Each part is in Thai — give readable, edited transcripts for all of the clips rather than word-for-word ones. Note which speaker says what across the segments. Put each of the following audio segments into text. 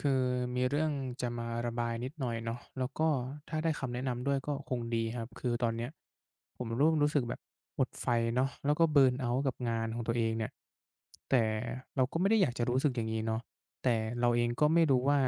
Speaker 1: คือมีเรื่องจะมาระบายนิดหน่อยเนาะแล้วก็ถ้าได้คำแนะนำด้วยก็คงดีครับคือตอนเนี้ยผมเริ่มรู้สึกแบบหมดไฟเนาะแล้วก็เบิร์นเอาต์กับงานของตัวเองเนี่ยแต่เราก็ไม่ได้อยากจะรู้สึกอย่างนี้เนาะแต่เราเองก็ไม่รู้ว่า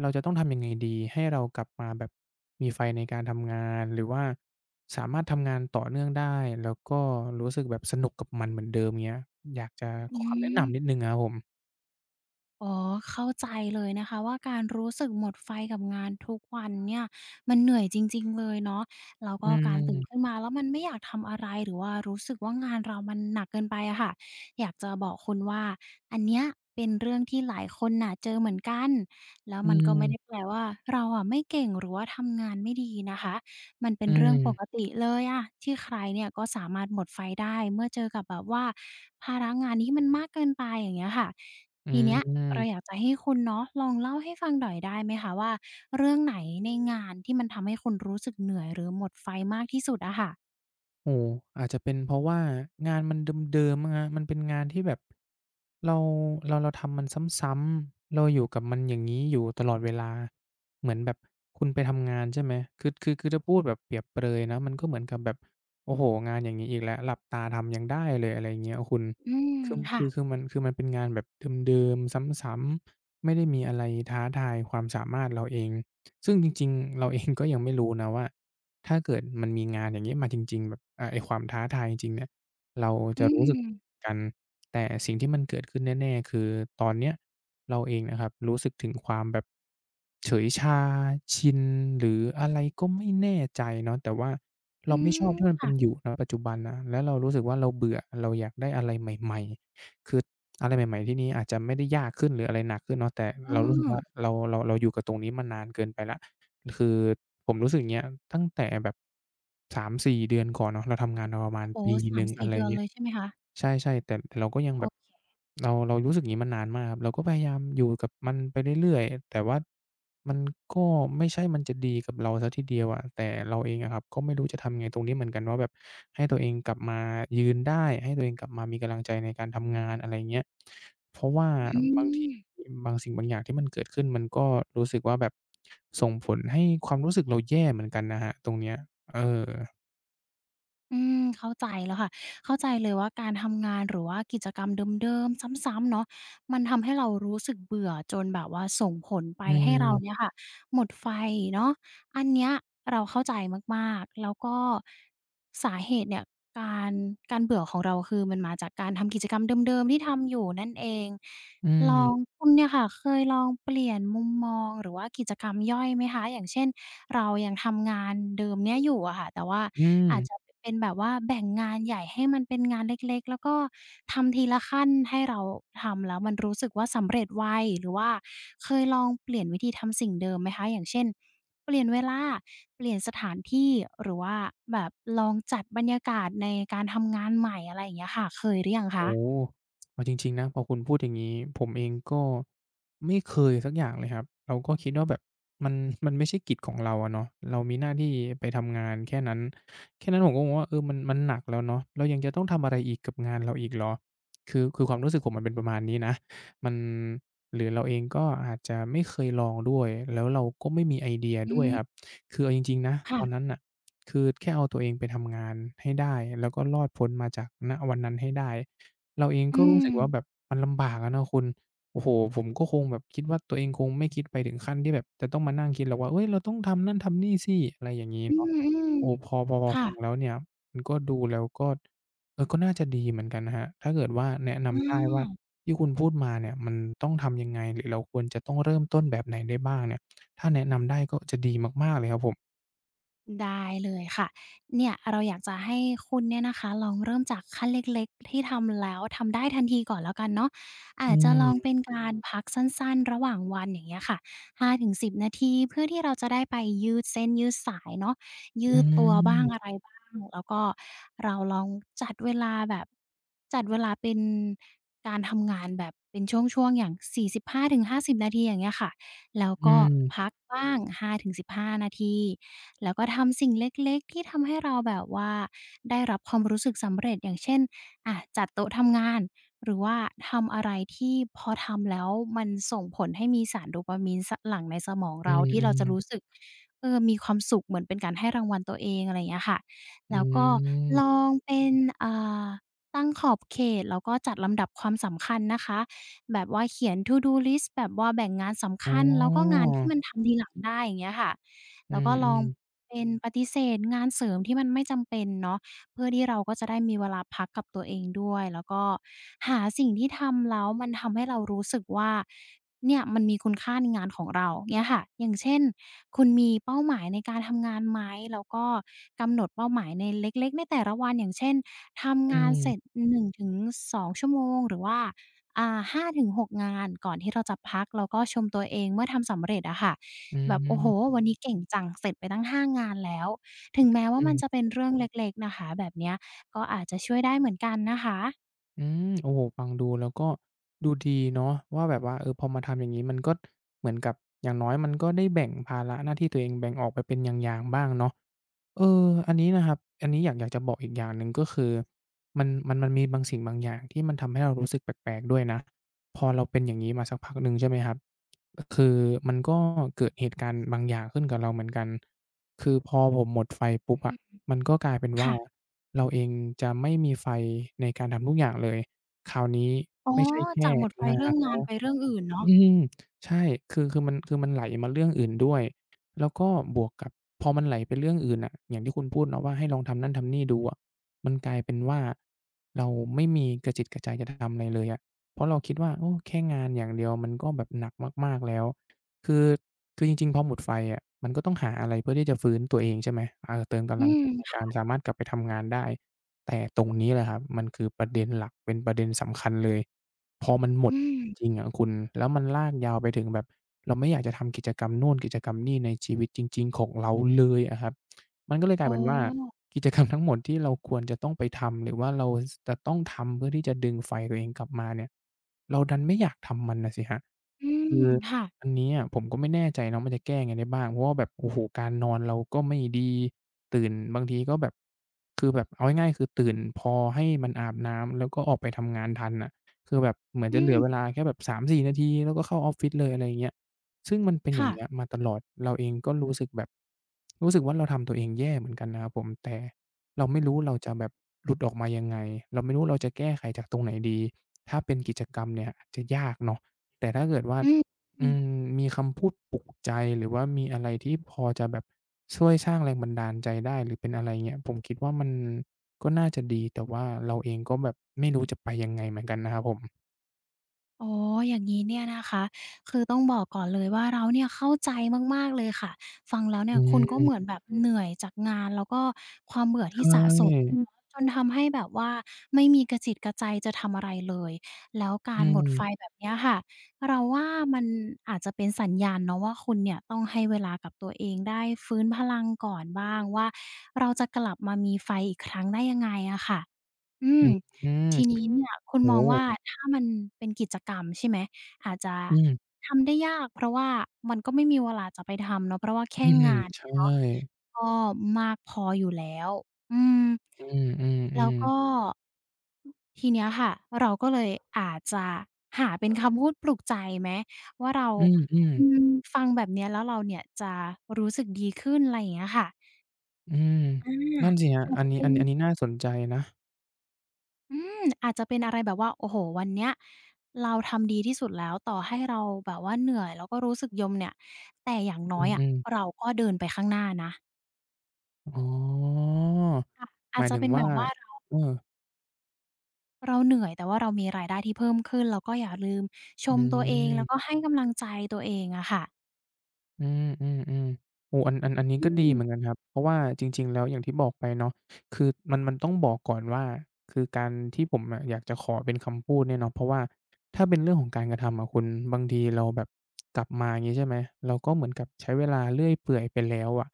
Speaker 1: เราจะต้องทำยังไงดีให้เรากลับมาแบบมีไฟในการทำงานหรือว่าสามารถทำงานต่อเนื่องได้แล้วก็รู้สึกแบบสนุกกับมันเหมือนเดิมเงี้ยอยากจะ
Speaker 2: อื
Speaker 1: ขอคำแนะ
Speaker 2: ม
Speaker 1: นำนิดหนึ่งอะครับผม
Speaker 2: อ๋อเข้าใจเลยนะคะว่าการรู้สึกหมดไฟกับงานทุกวันเนี่ยมันเหนื่อยจริงๆเลยเนาะแล้ว
Speaker 1: อื
Speaker 2: ก็การตื่นขึ้น
Speaker 1: ม
Speaker 2: มาแล้วมันไม่อยากทำอะไรหรือว่ารู้สึกว่างานเรามันหนักเกินไปอะค่ะอยากจะบอกคุณว่าอันเนี้ยเป็นเรื่องที่หลายคนน่ะเจอเหมือนกันแล้ว
Speaker 1: อื
Speaker 2: มันก็
Speaker 1: ม
Speaker 2: ไม่ได้แปลว่าเราอะไม่เก่งหรือว่าทำงานไม่ดีนะคะ มันเป็น
Speaker 1: อื
Speaker 2: เรื่องปก
Speaker 1: ม
Speaker 2: ติเลยอะที่ใครเนี่ยก็สามารถหมดไฟได้เมื่อเจอกับแบบว่าภาระงานที่มันมากเกินไปอย่างเงี้ยค่ะ
Speaker 1: อื
Speaker 2: ทีเนี้ยเราอยาก
Speaker 1: ม
Speaker 2: จะให้คุณเนาะลองเล่าให้ฟังหน่อยได้ไหมคะว่าเรื่องไหนในงานที่มันทำให้คุณรู้สึกเหนื่อยหรือหมดไฟมากที่สุดอะค่ะ
Speaker 1: โอ้โฮอาจจะเป็นเพราะว่างานมันเดิมๆมั้งครับมันเป็นงานที่แบบเราเราทำมันซ้ำๆเราอยู่กับมันอย่างงี้อยู่ตลอดเวลาเหมือนแบบคุณไปทำงานใช่ไหมคือถ้าพูดแบบเปรียบเปรยนะมันก็เหมือนกับแบบโอ้โฮงานอย่างงี้อีกแล้วหลับตาทำยังได้เลยอะไรอย่างเงี้ยคุณ
Speaker 2: อืม
Speaker 1: คือ
Speaker 2: ค่ะ
Speaker 1: คือคือมันคือมันเป็นงานแบบเดิมๆซ้ำๆไม่ได้มีอะไรท้าทายความสามารถเราเองซึ่งจริงๆเราเองก็ยังไม่รู้นะว่า ถ้าเกิดมันมีงานอย่างงี้มาจริงๆแบบไอ้ความท้าทายจริงๆเนี่ยเรา
Speaker 2: อื
Speaker 1: จะรู้สึก
Speaker 2: ม
Speaker 1: กันแต่สิ่งที่มันเกิดขึ้นแน่ๆคือตอนเนี้ยเราเองนะครับรู้สึกถึงความแบบเฉยชาชินหรืออะไรก็ไม่แน่ใจเนาะแต่ว่า
Speaker 2: อื
Speaker 1: เราไม่ชอ
Speaker 2: ม
Speaker 1: บที่มันเป็
Speaker 2: ค่ะ
Speaker 1: นอยู่ณปัจจุบันนะแล้วเรารู้สึกว่าเราเบื่อเราอยากได้อะไรใหม่ๆ คืออะไรใหม่ๆที่นี้อาจจะไม่ได้ยากขึ้นหรืออะไรหนักขึ้นเนาะแต่
Speaker 2: อ้
Speaker 1: เรารู้สึ
Speaker 2: อ
Speaker 1: กว่าเราอยู่กับตรงนี้มานานเกินไปแล้วคือผมรู้สึกอย่างเงี้ยตั้งแต่แบบ3-4เดือนก่อนเนาะเราทำงานมาประมาณ
Speaker 2: โอ้โฮ
Speaker 1: ปีหนึ่ง
Speaker 2: 3-4
Speaker 1: อะไร
Speaker 2: เดื
Speaker 1: อ
Speaker 2: อ
Speaker 1: ย่า
Speaker 2: น
Speaker 1: งเงี้
Speaker 2: เล
Speaker 1: ย
Speaker 2: ยใช่ไหมคะ
Speaker 1: ใช่ๆแต่เราก็ยัง
Speaker 2: โอ
Speaker 1: แบบ
Speaker 2: เค
Speaker 1: เรารู้สึกอย่างงี้มานานมากครับเราก็พยายามอยู่กับมันไปเรื่อยๆแต่ว่ามันก็ไม่ใช่มันจะดีกับเราเสียทีเดียวอะแต่เราเองอะครับก็ไม่รู้จะทำไงตรงนี้เหมือนกันว่าแบบให้ตัวเองกลับมายืนได้ให้ตัวเองกลับมามีกำลังใจในการทำงานอะไรเงี้ยเพราะว่า
Speaker 2: อื
Speaker 1: บางที
Speaker 2: ม
Speaker 1: บางสิ่งบางอย่างที่มันเกิดขึ้นมันก็รู้สึกว่าแบบส่งผลให้ความรู้สึกเราแย่เหมือนกันนะครับตรงเนี้ยเออ
Speaker 2: เข้าใจแล้วค่ะเข้าใจเลยว่าการทำงานหรือว่ากิจกรรมเดิมๆซ้ำๆเนาะมันทำให้เรารู้สึกเบื่อจนแบบว่าส่งผลไป
Speaker 1: อื
Speaker 2: ให้เรา
Speaker 1: ม
Speaker 2: เนี่ยค่ะหมดไฟเนาะอันเนี้ยเราเข้าใจมากๆแล้วก็สาเหตุเนี่ยการการเบื่อของเราคือมันมาจากการทำกิจกรรมเดิมๆที่ทำอยู่นั่นเอง
Speaker 1: อื
Speaker 2: ลอง
Speaker 1: ม
Speaker 2: คุณเนี่ยค่ะเคยลองเปลี่ยนมุมมองหรือว่ากิจกรรมย่อยไหมคะอย่างเช่น เรายังทำงานเดิมเนี้ยอยู่อะค่ะแต่ว่า
Speaker 1: อืม
Speaker 2: อาจจะเป็นแบบว่าแบ่งงานใหญ่ให้มันเป็นงานเล็กๆแล้วก็ทำทีละขั้นให้เราทำแล้วมันรู้สึกว่าสำเร็จไวหรือว่าเคยลองเปลี่ยนวิธีทำสิ่งเดิมไหมคะอย่างเช่นเปลี่ยนเวลาเปลี่ยนสถานที่หรือว่าแบบลองจัดบรรยากาศในการทำงานใหม่อะไรอย่างเงี้ยค่ะเคยหรือยัง
Speaker 1: โอ้
Speaker 2: คะ
Speaker 1: โฮเอาจริงๆนะพอคุณพูดอย่างงี้ผมเองก็ไม่เคยสักอย่างเลยครับเราก็คิดว่าแบบมัน มันไม่ใช่กิจของเราอะเนาะเรามีหน้าที่ไปทำงานแค่นั้นแค่นั้นผมก็มองว่าเออมันหนักแล้วเนาะเรายังจะต้องทำอะไรอีกกับงานเราอีกเหรอคือความรู้สึกผมมันเป็นประมาณนี้นะมันหรือเราเองก็อาจจะไม่เคยลองด้วยแล้วเราก็ไม่มีไอเดีย
Speaker 2: อื
Speaker 1: ด้วยครับ
Speaker 2: ม
Speaker 1: คือเอาจริงๆนะต
Speaker 2: ค่ะ
Speaker 1: อนนั้นน่ะคือแค่เอาตัวเองไปทำงานให้ได้แล้วก็รอดพ้นมาจากณวันนั้นให้ได้ เราเอง
Speaker 2: อื
Speaker 1: ก็รู้
Speaker 2: ม
Speaker 1: สึกว่าแบบมันลำบากอะเนาะคุณโอ้โฮผมก็คงแบบคิดว่าตัวเองคงไม่คิดไปถึงขั้นที่แบบจะต้องมานั่งคิดหรอกว่าเฮ้ยเราต้องทำนั่นทำนี่สิอะไรอย่างงี้
Speaker 2: อื
Speaker 1: เนาะ
Speaker 2: ม
Speaker 1: โอ้พอพอพ
Speaker 2: ๆ
Speaker 1: อ
Speaker 2: ค่ะ
Speaker 1: ฟังแล้วเนี่ยมันก็ดูแล้วก็เออก็น่าจะดีเหมือนกันนะครับถ้าเกิดว่าแนะ
Speaker 2: อ
Speaker 1: นำได้ว่า
Speaker 2: า
Speaker 1: ที่คุณพูดมาเนี่ยมันต้องทำยังไงหรือเราควรจะต้องเริ่มต้นแบบไหนได้บ้างเนี่ยถ้าแนะนำได้ก็จะดีมากๆเลยครับผม
Speaker 2: ได้เลยค่ะเนี่ยเราอยากจะให้คุณเนี่ยนะคะลองเริ่มจากขั้นเล็กๆที่ทำแล้วทำได้ทันทีก่อนแล้วกันเนาะอา
Speaker 1: อื
Speaker 2: จจะลอง
Speaker 1: ม
Speaker 2: เป็นการพักสั้นๆระหว่างวันอย่างเงี้ยค่ะ5-10นาทีเพื่อที่เราจะได้ไปยืดเส้นยืดสายเนาะยื
Speaker 1: อื
Speaker 2: ดตัวบ้าง
Speaker 1: ม
Speaker 2: อะไรบ้างแล้วก็เราลองจัดเวลาแบบจัดเวลาเป็นการทำงานแบบเป็นช่วงๆอย่าง45-50นาทีอย่างเงี้ยค่ะ แล้ว
Speaker 1: อื
Speaker 2: ก็
Speaker 1: ม
Speaker 2: พักบ้าง5-15นาทีแล้วก็ทำสิ่งเล็กๆที่ทำให้เราแบบว่าได้รับความรู้สึกสำเร็จอย่างเช่นอะจัดโต๊ะทำงานหรือว่าทำอะไรที่พอทำแล้วมันส่งผลให้มีสารโดปามีนสหลั่งในสมอง
Speaker 1: อื
Speaker 2: เราที่เราจะ
Speaker 1: ม
Speaker 2: รู้สึ
Speaker 1: ๆ
Speaker 2: กเออมีความสุขเหมือนเป็นการให้รางวัลตัวเองอะไรอย่างเงี้ยค่ะ
Speaker 1: อื
Speaker 2: แล้วก็ลอ
Speaker 1: ม
Speaker 2: งเป็นอ่าตั้งขอบเขตแล้วก็จัดลำดับความสำคัญนะคะ แบบว่าเขียน To do list แบบว่าแบ่งงานสำ
Speaker 1: อ๋อ
Speaker 2: คัญแล้วก็งานที่มันทำทีหลังได้อย่างเงี้ยค่ะ
Speaker 1: อื
Speaker 2: แล้วก็ลอง
Speaker 1: มๆ
Speaker 2: เป็นปฏิเสธงานเสริมที่มันไม่จำเป็นเนาะเพื่อที่เราก็จะได้มีเวลาพักกับตัวเองด้วยแล้วก็หาสิ่งที่ทำแล้วมันทำให้เรารู้สึกว่าเนี่ยมันมีคุณค่าในงานของเราเงี้ยค่ะอย่างเช่นคุณมีเป้าหมายในการทำงานไหมแล้วก็กำหนดเป้าหมายในเล็กๆในแต่ละวันอย่างเช่นทำ
Speaker 1: อื
Speaker 2: งานเสร็จ
Speaker 1: ม
Speaker 2: 1-2 ชั่วโมงหรือว่า 5-6 งานก่อนที่เราจะพักเราก็ชมตัวเองเมื่อทำสำเร็จอะค่ะ
Speaker 1: อืม
Speaker 2: แบบ
Speaker 1: อื
Speaker 2: โอ้โฮวันนี้เก่งจังเสร็จไปตั้ง5 งานแล้วถึงแม้ว่ามันจะเป็
Speaker 1: ม
Speaker 2: นเรื่องเล็กๆนะคะแบบเนี้ยก็อาจจะช่วยได้เหมือนกันนะคะ
Speaker 1: อืมโอ้โฮฟังดูแล้วก็ดูดีเนาะว่าแบบว่าเออพอมาทำอย่างงี้มันก็เหมือนกับอย่างน้อยมันก็ได้แบ่งภาระหน้าที่ตัวเองแบ่งออกไปเป็นอย่างๆบ้างเนาะเอออันนี้นะครับอันนี้อยากจะบอกอีกอย่างหนึ่งก็คือมันมีบางสิ่งบางอย่างที่มันทำให้เรารู้สึกแปลกๆด้วยนะพอเราเป็นอย่างงี้มาสักพักหนึ่งใช่ไหมครับก็คือมันก็เกิดเหตุการณ์บางอย่างขึ้นกับเราเหมือนกันคือพอผมหมดไฟปุ๊บ
Speaker 2: อื
Speaker 1: อะ
Speaker 2: ม
Speaker 1: มันก็กลายเป็นว่า
Speaker 2: ค่ะ
Speaker 1: เราเองจะไม่มีไฟในการทำทุกอย่างเลย คราวนี้
Speaker 2: อ๋อ
Speaker 1: ไม่ใช่แค่
Speaker 2: จากหมดไฟ
Speaker 1: งา
Speaker 2: เรื่อง
Speaker 1: น
Speaker 2: งานไปเรื่องอื่นเนาะ
Speaker 1: อืมใช่คือมันไหลมาเรื่องอื่นด้วย แล้วก็บวกกับพอมันไหลไปเรื่องอื่นน่ะอย่างที่คุณพูดเนาะว่าให้ลองทำนั่นทำนี่ดูอะมันกลายเป็นว่าเราไม่มีกระจิตกระใจจะทำอะไรเลยอะเพราะเราคิดว่าโอ้แค่งานอย่างเดียวมันก็แบบหนักมากๆแล้ว คือคือจริงๆพอหมดไฟอะมันก็ต้องหาอะไรเพื่อที่จะฟื้นตัวเองใช่ไหมเออเติม
Speaker 2: อื
Speaker 1: กำลังใจ
Speaker 2: ม
Speaker 1: ในการ
Speaker 2: ค่ะ
Speaker 1: สามารถกลับไปทำงานได้แต่ตรงนี้แหละครับมันคือประเด็นหลักเป็นประเด็นสำคัญเลย พอมันหม
Speaker 2: อื
Speaker 1: ดจริ
Speaker 2: ม
Speaker 1: งๆอะคุณแล้วมันลากยาวไปถึงแบบเราไม่อยากจะทำกิจกรรมนู่นกิจกรรมนี่ในชีวิตจริงๆของเราเลยอะครับมันก็เลยก
Speaker 2: อ๋
Speaker 1: ลายเป็นว่า
Speaker 2: อ
Speaker 1: กิจกรรมทั้งหมดที่เราควรจะต้องไปทำหรือว่าเราสจะต้องทำเพื่อที่จะดึงไฟตัวเองกลับมาเนี่ยเราดันไม่อยากทำมันน่ะสิครับ
Speaker 2: อืม
Speaker 1: คือ
Speaker 2: ค่ะ
Speaker 1: อันเนี้ยผมก็ไม่แน่ใจเนาะมันจะแก้ยังไงได้บ้างเพราะว่าแบบโอ้โฮการนอนเราก็ไม่ดีตื่นบางทีก็แบบคือแบบเอาง่ายๆคือตื่นพอให้มันอาบน้ำแล้วก็ออกไปทำงานทันน่ะคือแบบเหมือนจะ
Speaker 2: อื
Speaker 1: เหลือเวลา
Speaker 2: ม
Speaker 1: แค่แบบสามสี่นาทีแล้วก็เข้าออฟฟิศเลยอะไรอย่างเงี้ยซึ่งมันเป็นอย่า
Speaker 2: ค่ะ
Speaker 1: งเงี้ยมาตลอดเราเองก็รู้สึกแบบรู้สึกว่าเราทำตัวเองแย่เหมือนกันนะครับผมแต่เราไม่รู้เราจะแบบหลุดออกมายังไงเราไม่รู้เราจะแก้ไขจากตรงไหนดีถ้าเป็นกิจกรรมเนี่ยอาจจะยากเนาะแต่ถ้าเกิดว่า
Speaker 2: อืม
Speaker 1: อืมมีคำพูดปลุกใจหรือว่ามีอะไรที่พอจะแบบช่วยสร้างแรงบันดาลใจได้หรือเป็นอะไรเงี้ยผมคิดว่ามันก็น่าจะดีแต่ว่าเราเองก็แบบไม่รู้จะไปยังไงเหมือนกันนะครับผม
Speaker 2: อ๋ออย่างนี้เนี่ยนะคะ คือต้องบอกก่อนเลยว่าเราเนี่ยเข้าใจมากๆเลยค่ะ ฟังแล้วเนี่
Speaker 1: อื
Speaker 2: ยคุณก็เหมือ
Speaker 1: ม
Speaker 2: นแบบเหนื่อยจากงานแล้วก็ความเบื่อ
Speaker 1: ใช
Speaker 2: ที่สะสมด้ว
Speaker 1: ่
Speaker 2: ยเนาะจนทำให้แบบว่าไม่มีกระจิตกระใจจะทำอะไรเลย แล้วกา
Speaker 1: อื
Speaker 2: รหมด
Speaker 1: ม
Speaker 2: ไฟแบบเนี้ยค่ะเราว่ามันอาจจะเป็นสัญญาณเนาะว่าคุณเนี่ยต้องให้เวลากับตัวเองได้ฟื้นพลังก่อนบ้างว่าเราจะกลับมามีไฟอีกครั้งได้ยังไงอะค่ะ อืม
Speaker 1: อืม
Speaker 2: ทีนี้เนี่ยคุณม
Speaker 1: โอ้
Speaker 2: อง
Speaker 1: โฮ
Speaker 2: ว่าถ้ามันเป็นกิจกรรมใช่ไหมอาจจะ
Speaker 1: อืม
Speaker 2: ทำได้ยากเพราะว่ามันก็ไม่มีเวลาจะไปทำเนาะเพราะว่าแค่
Speaker 1: อืม
Speaker 2: งานเนี่
Speaker 1: ใช่
Speaker 2: ยเนาะก็มากพออยู่แล้วอืม
Speaker 1: อืม
Speaker 2: แล้ว
Speaker 1: ๆ
Speaker 2: ก็
Speaker 1: ๆ
Speaker 2: ทีเนี้ยค่ะเราก็เลยอาจจะหาเป็นคำพูดปลุกใจไหมว่าเรา
Speaker 1: อืม
Speaker 2: อื
Speaker 1: ๆ
Speaker 2: มฟังแบบเนี้ยแล้วเราเนี่ยจะรู้สึกดีขึ้นไรอย่างเงี้ยค่ะ
Speaker 1: อืม
Speaker 2: อา
Speaker 1: นั่นสิครับ
Speaker 2: อาจ
Speaker 1: อั
Speaker 2: จะ
Speaker 1: นนี้
Speaker 2: เป็
Speaker 1: อั
Speaker 2: น
Speaker 1: นอันนี้น่าสนใจนะ
Speaker 2: อืมอาจจะเป็นอะไรแบบว่าโอ้โฮวันเนี้ยเราทำดีที่สุดแล้วต่อให้เราแบบว่าเหนื่อยแล้วก็รู้สึกยมเนี่ยแต่อย่างน้
Speaker 1: อื
Speaker 2: อยอะ
Speaker 1: มๆ
Speaker 2: เราก็เดินไปข้างหน้านะ
Speaker 1: อ๋อ
Speaker 2: ค่ะอา
Speaker 1: ห
Speaker 2: จ
Speaker 1: มาย
Speaker 2: จะ
Speaker 1: ถึง
Speaker 2: เป็นแบ
Speaker 1: ว่า
Speaker 2: บว่าเรา
Speaker 1: เออ
Speaker 2: เราเหนื่อยแต่ว่าเรามีรายได้ที่เพิ่มขึ้นเราก็อย่าลืมช
Speaker 1: อื
Speaker 2: มตัวเองแล้วก็
Speaker 1: ม
Speaker 2: ให้กำลังใจตัวเองอะค่ะ
Speaker 1: อืมอืมอืมโอ้อันนี้
Speaker 2: อื
Speaker 1: ก็ดี
Speaker 2: ม
Speaker 1: เหมือนกันครับ เพราะว่าจริงๆ แล้วอย่างที่บอกไปเนาะคือมันต้องบอกก่อนว่าคือการที่ผมอะอยากจะขอเป็นคำพูดเนี่ยเนาะเพราะว่าถ้าเป็นเรื่องของการกระทำอะคุณบางทีเราแบบกลับมาอย่างงี้ใช่ไหมเราก็เหมือนกับใช้เวลาเลื่อยเปื่อยไปแล้วอะ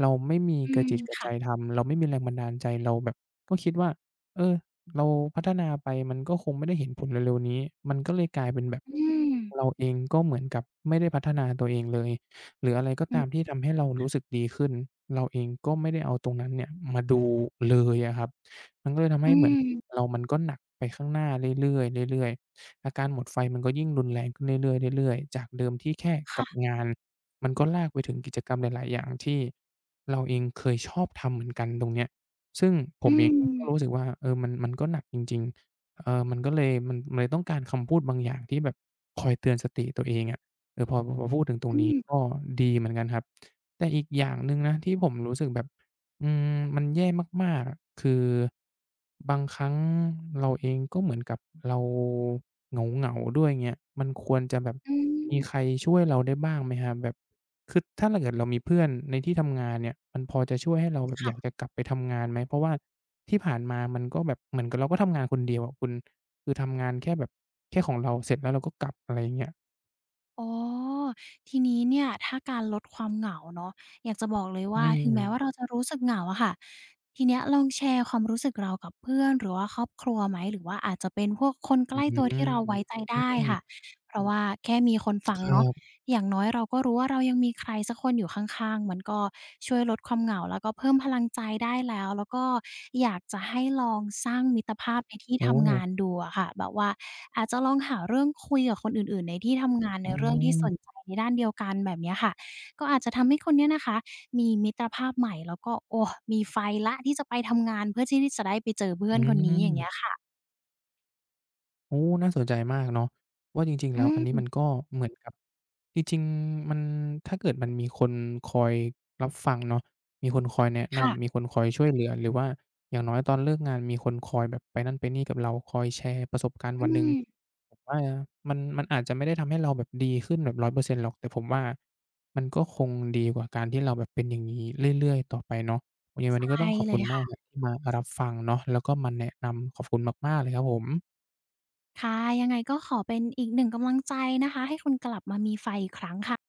Speaker 1: เราไม่มี
Speaker 2: อื
Speaker 1: กระ
Speaker 2: ม
Speaker 1: จิตกระ
Speaker 2: ค่ะ
Speaker 1: ใจทำเราไม่มีแรงบันดาลใจ เราแบบก็คิดว่าเออเราพัฒนาไปมันก็คงไม่ได้เห็นผลเร็วๆนี้มันก็เลยกลายเป็นแบบ
Speaker 2: อืม
Speaker 1: เราเองก็เหมือนกับไม่ได้พัฒนาตัวเองเลย หรืออะไรก็
Speaker 2: อื
Speaker 1: ตามที่
Speaker 2: อ
Speaker 1: ทำให้เรารู้สึกดีขึ้นเราเองก็ไม่ได้เอาตรงนั้นเนี่ยมาดูเลยอะครับมันก็เลยทำ
Speaker 2: อื
Speaker 1: ให้เหมือน
Speaker 2: ม
Speaker 1: เรามันก็หนักไปข้างหน้าเรื่อยๆเรื่อยๆอาการหมดไฟมันก็ยิ่งรุนแรงขึ้นเรื่อยๆเรื่อยๆจากเดิมที่แค่กับ
Speaker 2: ค่ะ
Speaker 1: งานมันก็ลากไปถึงกิจกรรมหลายๆอย่างที่เราเองเคยชอบทำเหมือนกันตรงเนี้ยซึ่งผม
Speaker 2: อื
Speaker 1: เอง
Speaker 2: ม
Speaker 1: ก็รู้สึกว่าเออมันก็หนักจริงๆเออมันก็เลยมันเลยต้องการคำพูดบางอย่างที่แบบคอยเตือนสติตัวเองอะ เออพอพูดถึงตรง
Speaker 2: อื
Speaker 1: นี้
Speaker 2: ม
Speaker 1: ก็ดีเหมือนกันครับแต่อีกอย่างหนึ่งนะที่ผมรู้สึกแบบอืมมันแย่มากๆอะคือบางครั้งเราเองก็เหมือนกับเราเหงาๆด้วยเงี้ยมันควรจะแบบ
Speaker 2: อืม
Speaker 1: มีใครช่วยเราได้บ้างไหมครับแบบคือถ้าเราเกิดเรามีเพื่อนในที่ทำงานเนี่ยมันพอจะช่วยให้เราแบบอยากจะ
Speaker 2: ค่ะ
Speaker 1: กลับไปทำงานไหมเพราะว่าที่ผ่านมามันก็แบบเหมือนกับเราก็ทำงานคนเดียวอะคุณคือทำงานแค่แบบแค่ของเราเสร็จแล้วเราก็กลับอะไรอย่างเงี้ย
Speaker 2: อ๋อทีนี้เนี่ยถ้าการลดความเหงาเนาะอยากจะบอกเลย
Speaker 1: อื
Speaker 2: ว่าถึงแม้ว่าเรา
Speaker 1: ม
Speaker 2: จะรู้สึกเหงาอะค่ะทีเนี้ยลองแชร์ความรู้สึกเรากับเพื่อนหรือว่าครอบครัวไหมหรือว่าอาจจะเป็นพวกคนใก
Speaker 1: อื
Speaker 2: ล้ตัวที่เรา
Speaker 1: ม
Speaker 2: ไว้ใจ
Speaker 1: อื
Speaker 2: ได้
Speaker 1: ม
Speaker 2: ค่ะเพราะว่าแค่มีคนฟัง
Speaker 1: ครั
Speaker 2: เนาะ
Speaker 1: บ
Speaker 2: อย่างน้อยเราก็รู้ว่าเรายังมีใครสักคนอยู่ข้างๆมันก็ช่วยลดความเหงาแล้วก็เพิ่มพลังใจได้แล้วแล้วก็อยากจะให้ลองสร้างมิตรภาพในที่
Speaker 1: โอ้
Speaker 2: ทำงานดูอะค่ะแบบว่าอาจจะลองหาเรื่องคุยกับคนอื่นๆในที่ทำงานใน
Speaker 1: อื
Speaker 2: เรื่องที่สนใจ
Speaker 1: ม
Speaker 2: ในด้านเดียวกันแบบเนี้ยค่ะก็อาจจะทำให้คุณเนี่ยนะคะมีมิตรภาพใหม่แล้วก็โอ้มีไฟแล้วที่จะไปทำงานเพื่อที่ที่จะได้ไปเจอเพื่อ
Speaker 1: อื
Speaker 2: นคนนี้อย่างเงี้ย
Speaker 1: ม
Speaker 2: ค่ะ
Speaker 1: โอ้น่าสนใจมากเนาะว่าจริงๆ
Speaker 2: อื
Speaker 1: แล้วอั
Speaker 2: ม
Speaker 1: นนี้มันก็เหมือนกับจริงๆมันถ้าเกิดมันมีคนคอยรับฟังเนาะมีคนคอยแนะนำมี
Speaker 2: ค่ะ
Speaker 1: คนคอยช่วยเหลือหรือว่าอย่างน้อยตอนเลิกงานมีคนคอยแบบไปนั่นไปนี่กับเราคอยแชร์ประสบการณ์
Speaker 2: อื
Speaker 1: วันหนึ่ง
Speaker 2: ม
Speaker 1: ผมว่ามันมันอาจจะไม่ได้ทำให้เราแบบดีขึ้นแบบ100%หรอกแต่ผมว่ามันก็คงดีกว่าการที่เราแบบเป็นอย่างงี้เรื่อยๆต่อไปเนาะยังไงวัน
Speaker 2: ไป
Speaker 1: นี้ก็ต้องขอบ
Speaker 2: เล
Speaker 1: คุ
Speaker 2: ย
Speaker 1: ณมาก
Speaker 2: ค่ะ
Speaker 1: ครับที่มารับฟังเนาะแล้วก็มาแนะนำขอบคุณมากๆเลยครับผม
Speaker 2: ค่ะยังไงก็ขอเป็นอีกหนึ่งกำลังใจนะคะให้คุณกลับมามีไฟอีกครั้งค่ะ